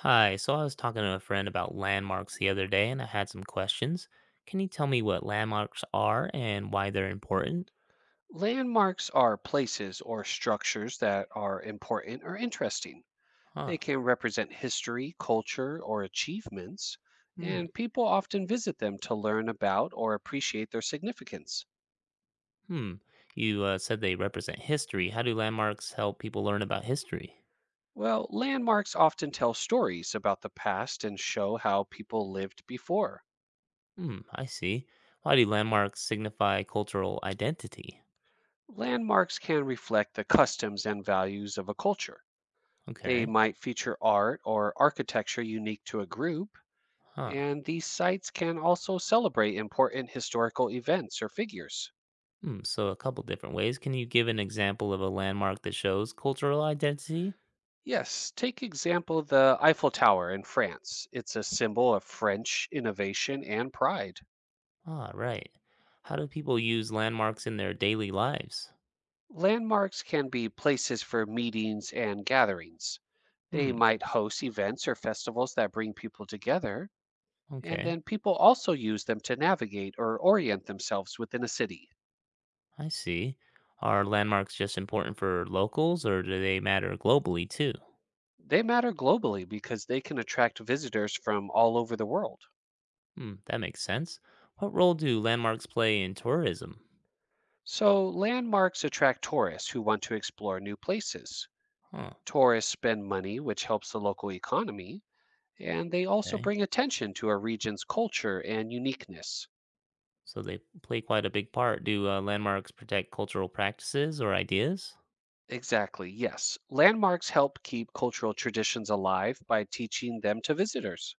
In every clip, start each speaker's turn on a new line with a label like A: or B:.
A: Hi, so I was talking to a friend about landmarks the other day and I had some questions. Can you tell me what landmarks are and why they're important?
B: Landmarks are places or structures that are important or interesting.
A: Huh.
B: They can represent history, culture, or achievements,
A: Hmm.
B: and people often visit them to learn about or appreciate their significance.
A: Hmm. You said they represent history. How do landmarks help people learn about history?
B: Well, landmarks often tell stories about the past and show how people lived before.
A: Hmm. I see. Why do landmarks signify cultural identity?
B: Landmarks can reflect the customs and values of a culture. They
A: Okay.
B: might feature art or architecture unique to a group.
A: Huh.
B: And these sites can also celebrate important historical events or figures.
A: Hmm. So, a couple different ways. Can you give an example of a landmark that shows cultural identity?
B: Yes, take example the Eiffel Tower in France. It's a symbol of French innovation and pride.
A: Ah, right. How do people use landmarks in their daily lives?
B: Landmarks can be places for meetings and gatherings. They
A: Hmm.
B: might host events or festivals that bring people together, and
A: Okay,
B: then people also use them to navigate or orient themselves within a city.
A: I see. Are landmarks just important for locals or do they matter globally too?
B: They matter globally because they can attract visitors from all over the world.
A: Hmm, that makes sense. What role do landmarks play in tourism?
B: So, landmarks attract tourists who want to explore new places.
A: Huh,
B: Tourists spend money, which helps the local economy, and they also
A: okay.
B: bring attention to a region's culture and uniqueness.
A: So they play quite a big part. Do landmarks protect cultural practices or ideas?
B: Exactly, yes. Landmarks help keep cultural traditions alive by teaching them to visitors.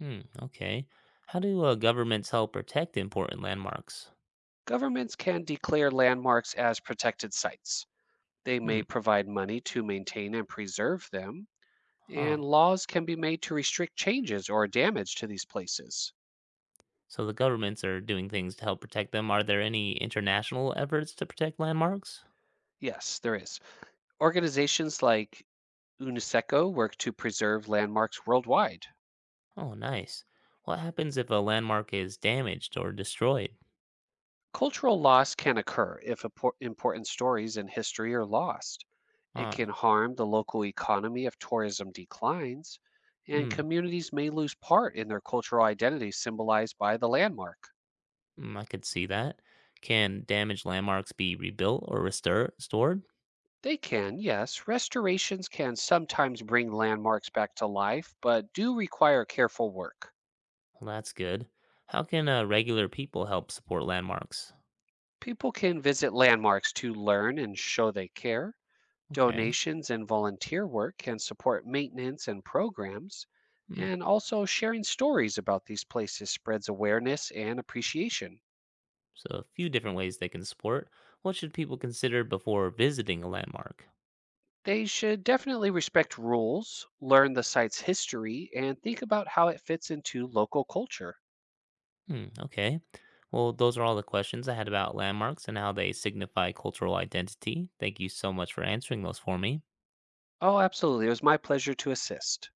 A: Hmm, okay. How do governments help protect important landmarks?
B: Governments can declare landmarks as protected sites. They
A: Hmm,
B: may provide money to maintain and preserve them,
A: huh.
B: and laws can be made to restrict changes or damage to these places.
A: So the governments are doing things to help protect them. Are there any international efforts to protect landmarks?
B: Yes, there is. Organizations like UNESCO work to preserve landmarks worldwide.
A: Oh, nice. What happens if a landmark is damaged or destroyed?
B: Cultural loss can occur if important stories and history are lost. It can
A: Ah,
B: harm the local economy if tourism declines, and
A: hmm,
B: communities may lose part in their cultural identity symbolized by the landmark.
A: hmm, I could see that. Can damaged landmarks be rebuilt or restored?
B: They can, yes, restorations can sometimes bring landmarks back to life, but do require careful work.
A: Well, that's good. How can regular people help support landmarks?
B: People can visit landmarks to learn and show they care.
A: Okay,
B: Donations and volunteer work can support maintenance and programs,
A: hmm.
B: and also sharing stories about these places spreads awareness and appreciation.
A: So, a few different ways they can support. What should people consider before visiting a landmark?
B: They should definitely respect rules, learn the site's history, and think about how it fits into local culture.
A: Hmm, okay. Well, those are all the questions I had about landmarks and how they signify cultural identity. Thank you so much for answering those for me.
B: Oh, absolutely. It was my pleasure to assist.